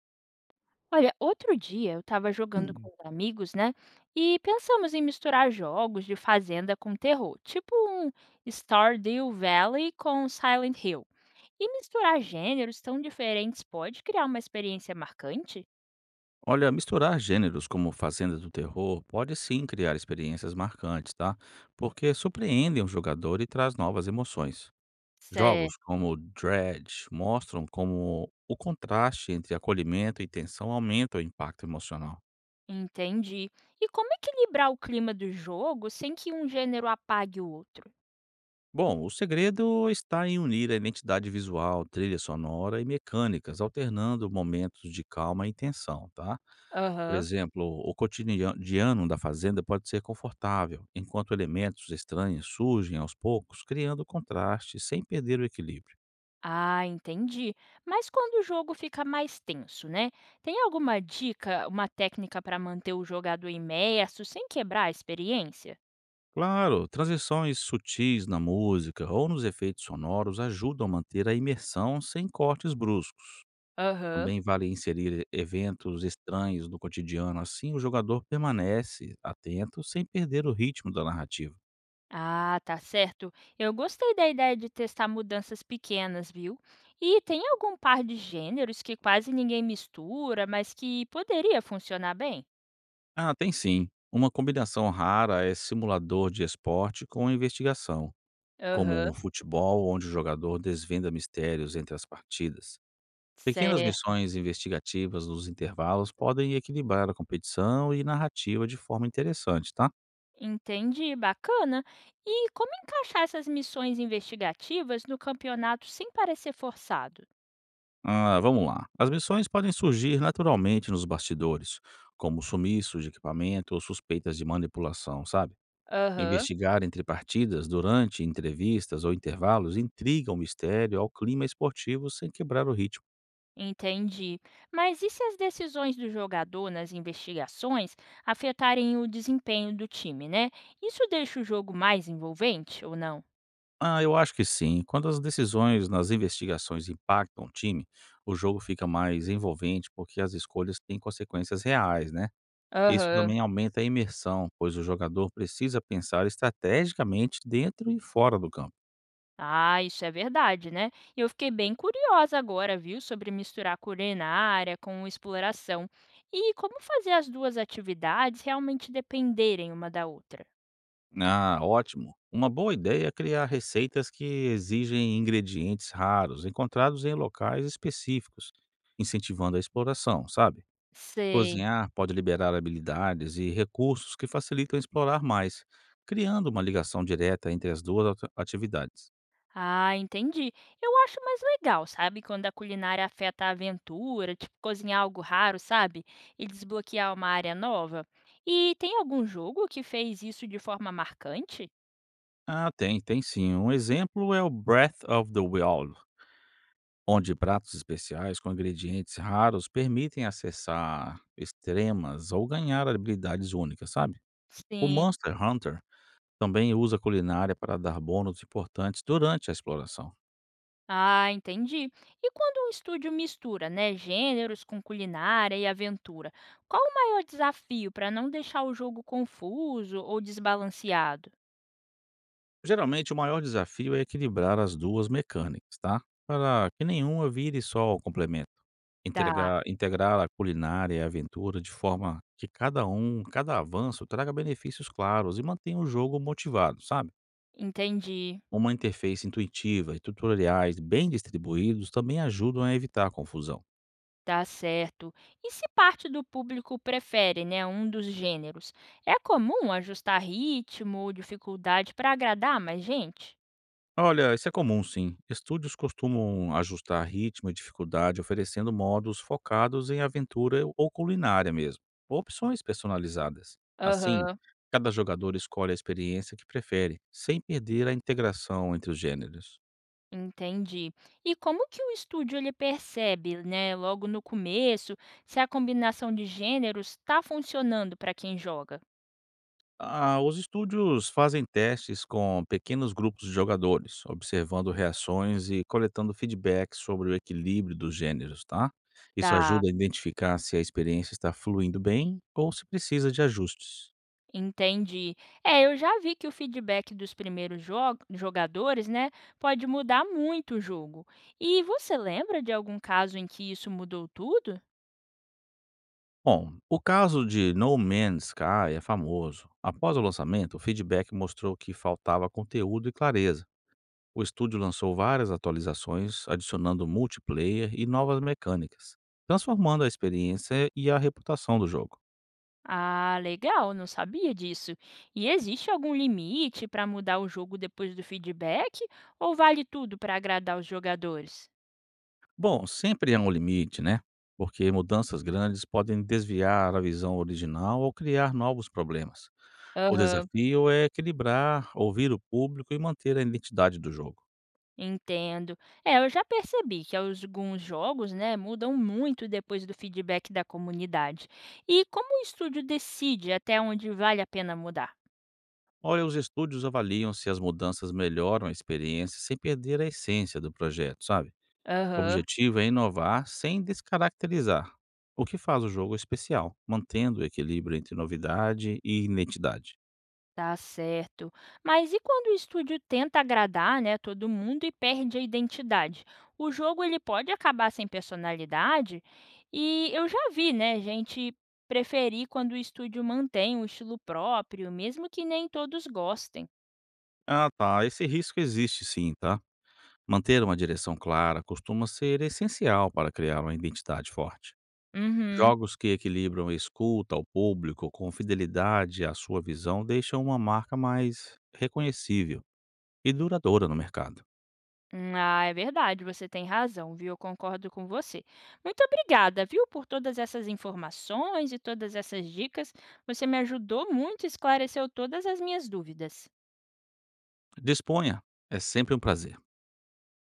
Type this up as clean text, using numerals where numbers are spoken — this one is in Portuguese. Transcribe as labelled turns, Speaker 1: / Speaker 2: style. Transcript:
Speaker 1: Olha, outro dia eu estava jogando com os amigos, né? E pensamos em misturar jogos de fazenda com terror, tipo um Stardew Valley com Silent Hill. E misturar gêneros tão diferentes pode criar uma experiência marcante?
Speaker 2: Olha, misturar gêneros como Fazenda do Terror pode sim criar experiências marcantes, tá? Porque surpreendem o jogador e traz novas emoções.
Speaker 1: Cê,
Speaker 2: Jogos como Dredge mostram como o contraste entre acolhimento e tensão aumenta o impacto emocional.
Speaker 1: entendi. E como equilibrar o clima do jogo sem que um gênero apague o outro?
Speaker 2: Bom, o segredo está em unir a identidade visual, trilha sonora e mecânicas, alternando momentos de calma e tensão, tá? Por
Speaker 1: Aham.
Speaker 2: exemplo, o cotidiano da fazenda pode ser confortável, enquanto elementos estranhos surgem aos poucos, criando contraste sem perder o equilíbrio.
Speaker 1: Ah, entendi. Mas quando o jogo fica mais tenso, né? Tem alguma dica, uma técnica para manter o jogador imerso sem quebrar a experiência?
Speaker 2: Claro, transições sutis na música ou nos efeitos sonoros ajudam a manter a imersão sem cortes bruscos.
Speaker 1: Aham.
Speaker 2: Também vale inserir eventos estranhos do cotidiano, assim o jogador permanece atento sem perder o ritmo da narrativa.
Speaker 1: Ah, tá certo. Eu gostei da ideia de testar mudanças pequenas, viu? E tem algum par de gêneros que quase ninguém mistura, mas que poderia funcionar bem?
Speaker 2: Ah, tem sim. Uma combinação rara é simulador de esporte com investigação, como um
Speaker 1: Aham.
Speaker 2: futebol onde o jogador desvenda mistérios entre as partidas. Pequenas
Speaker 1: Certo,
Speaker 2: missões investigativas nos intervalos podem equilibrar a competição e narrativa de forma interessante, tá?
Speaker 1: entendi, bacana. E como encaixar essas missões investigativas no campeonato sem parecer forçado?
Speaker 2: Ah, vamos lá. As missões podem surgir naturalmente nos bastidores, como sumiços de equipamento ou suspeitas de manipulação, sabe?
Speaker 1: Aham,
Speaker 2: Investigar entre partidas, durante entrevistas ou intervalos, intriga o mistério ao clima esportivo sem quebrar o ritmo.
Speaker 1: entendi. Mas e se as decisões do jogador nas investigações afetarem o desempenho do time, né? Isso deixa o jogo mais envolvente ou não?
Speaker 2: Ah, eu acho que sim. Quando as decisões nas investigações impactam o time, o jogo fica mais envolvente porque as escolhas têm consequências reais, né? Isso
Speaker 1: Aham.
Speaker 2: também aumenta a imersão, pois o jogador precisa pensar estrategicamente dentro e fora do campo.
Speaker 1: Ah, isso é verdade, né? Eu fiquei bem curiosa agora, viu, sobre misturar culinária com exploração. E como fazer as duas atividades realmente dependerem uma da outra?
Speaker 2: Ah, ótimo. Uma boa ideia é criar receitas que exigem ingredientes raros, encontrados em locais específicos, incentivando a exploração, sabe?
Speaker 1: Sei.
Speaker 2: Cozinhar pode liberar habilidades e recursos que facilitam explorar mais, criando uma ligação direta entre as duas atividades.
Speaker 1: Ah, entendi. Eu acho mais legal, sabe? Quando a culinária afeta a aventura, tipo cozinhar algo raro, sabe? E desbloquear uma área nova. E tem algum jogo que fez isso de forma marcante?
Speaker 2: Ah, tem sim. Um exemplo é o Breath of the Wild, onde pratos especiais com ingredientes raros permitem acessar extremas ou ganhar habilidades únicas, sabe? O
Speaker 1: Sim.
Speaker 2: Monster Hunter também usa a culinária para dar bônus importantes durante a exploração.
Speaker 1: Ah, entendi. E quando um estúdio mistura, né, gêneros com culinária e aventura, qual o maior desafio para não deixar o jogo confuso ou desbalanceado?
Speaker 2: Geralmente, o maior desafio é equilibrar as duas mecânicas, tá? Para que nenhuma vire só o complemento.
Speaker 1: Tá,
Speaker 2: Integrar a culinária e a aventura de forma que cada avanço traga benefícios claros e mantenha o jogo motivado, sabe?
Speaker 1: entendi.
Speaker 2: Uma interface intuitiva e tutoriais bem distribuídos também ajudam a evitar confusão.
Speaker 1: Tá certo. E se parte do público prefere, né, um dos gêneros, é comum ajustar ritmo ou dificuldade para agradar mais gente?
Speaker 2: Olha, isso é comum sim. Estúdios costumam ajustar ritmo e dificuldade, oferecendo modos focados em aventura ou culinária mesmo, ou opções personalizadas. Assim,
Speaker 1: Aham,
Speaker 2: cada jogador escolhe a experiência que prefere, sem perder a integração entre os gêneros.
Speaker 1: entendi. E como que o estúdio ele percebe, né, logo no começo, se a combinação de gêneros está funcionando para quem joga?
Speaker 2: Ah, os estúdios fazem testes com pequenos grupos de jogadores, observando reações e coletando feedback sobre o equilíbrio dos gêneros, tá? Isso
Speaker 1: Tá.
Speaker 2: ajuda a identificar se a experiência está fluindo bem ou se precisa de ajustes.
Speaker 1: Entendi. É, eu já vi que o feedback dos primeiros jogadores, né, pode mudar muito o jogo. E você lembra de algum caso em que isso mudou tudo?
Speaker 2: Bom, o caso de No Man's Sky é famoso. Após o lançamento, o feedback mostrou que faltava conteúdo e clareza. O estúdio lançou várias atualizações, adicionando multiplayer e novas mecânicas, transformando a experiência e a reputação do jogo.
Speaker 1: Ah, legal, não sabia disso. E existe algum limite para mudar o jogo depois do feedback? Ou vale tudo para agradar os jogadores?
Speaker 2: Bom, sempre há um limite, né? Porque mudanças grandes podem desviar a visão original ou criar novos problemas. O
Speaker 1: Aham.
Speaker 2: desafio é equilibrar, ouvir o público e manter a identidade do jogo.
Speaker 1: Entendo. É, eu já percebi que alguns jogos, né, mudam muito depois do feedback da comunidade. E como o estúdio decide até onde vale a pena mudar?
Speaker 2: Olha, os estúdios avaliam se as mudanças melhoram a experiência sem perder a essência do projeto, sabe? O
Speaker 1: Aham.
Speaker 2: objetivo é inovar sem descaracterizar, o que faz o jogo especial, mantendo o equilíbrio entre novidade e identidade.
Speaker 1: Tá certo. Mas e quando o estúdio tenta agradar, né, todo mundo e perde a identidade? O jogo ele pode acabar sem personalidade? E eu já vi, né, gente preferir quando o estúdio mantém o estilo próprio, mesmo que nem todos gostem.
Speaker 2: Ah, tá. Esse risco existe sim, tá? Manter uma direção clara costuma ser essencial para criar uma identidade forte.
Speaker 1: Uhum.
Speaker 2: Jogos que equilibram escuta ao público com fidelidade à sua visão deixam uma marca mais reconhecível e duradoura no mercado.
Speaker 1: Ah, é verdade, você tem razão, viu? Eu concordo com você. Muito obrigada, viu, por todas essas informações e todas essas dicas. Você me ajudou muito, e esclareceu todas as minhas dúvidas.
Speaker 2: Disponha, é sempre um prazer.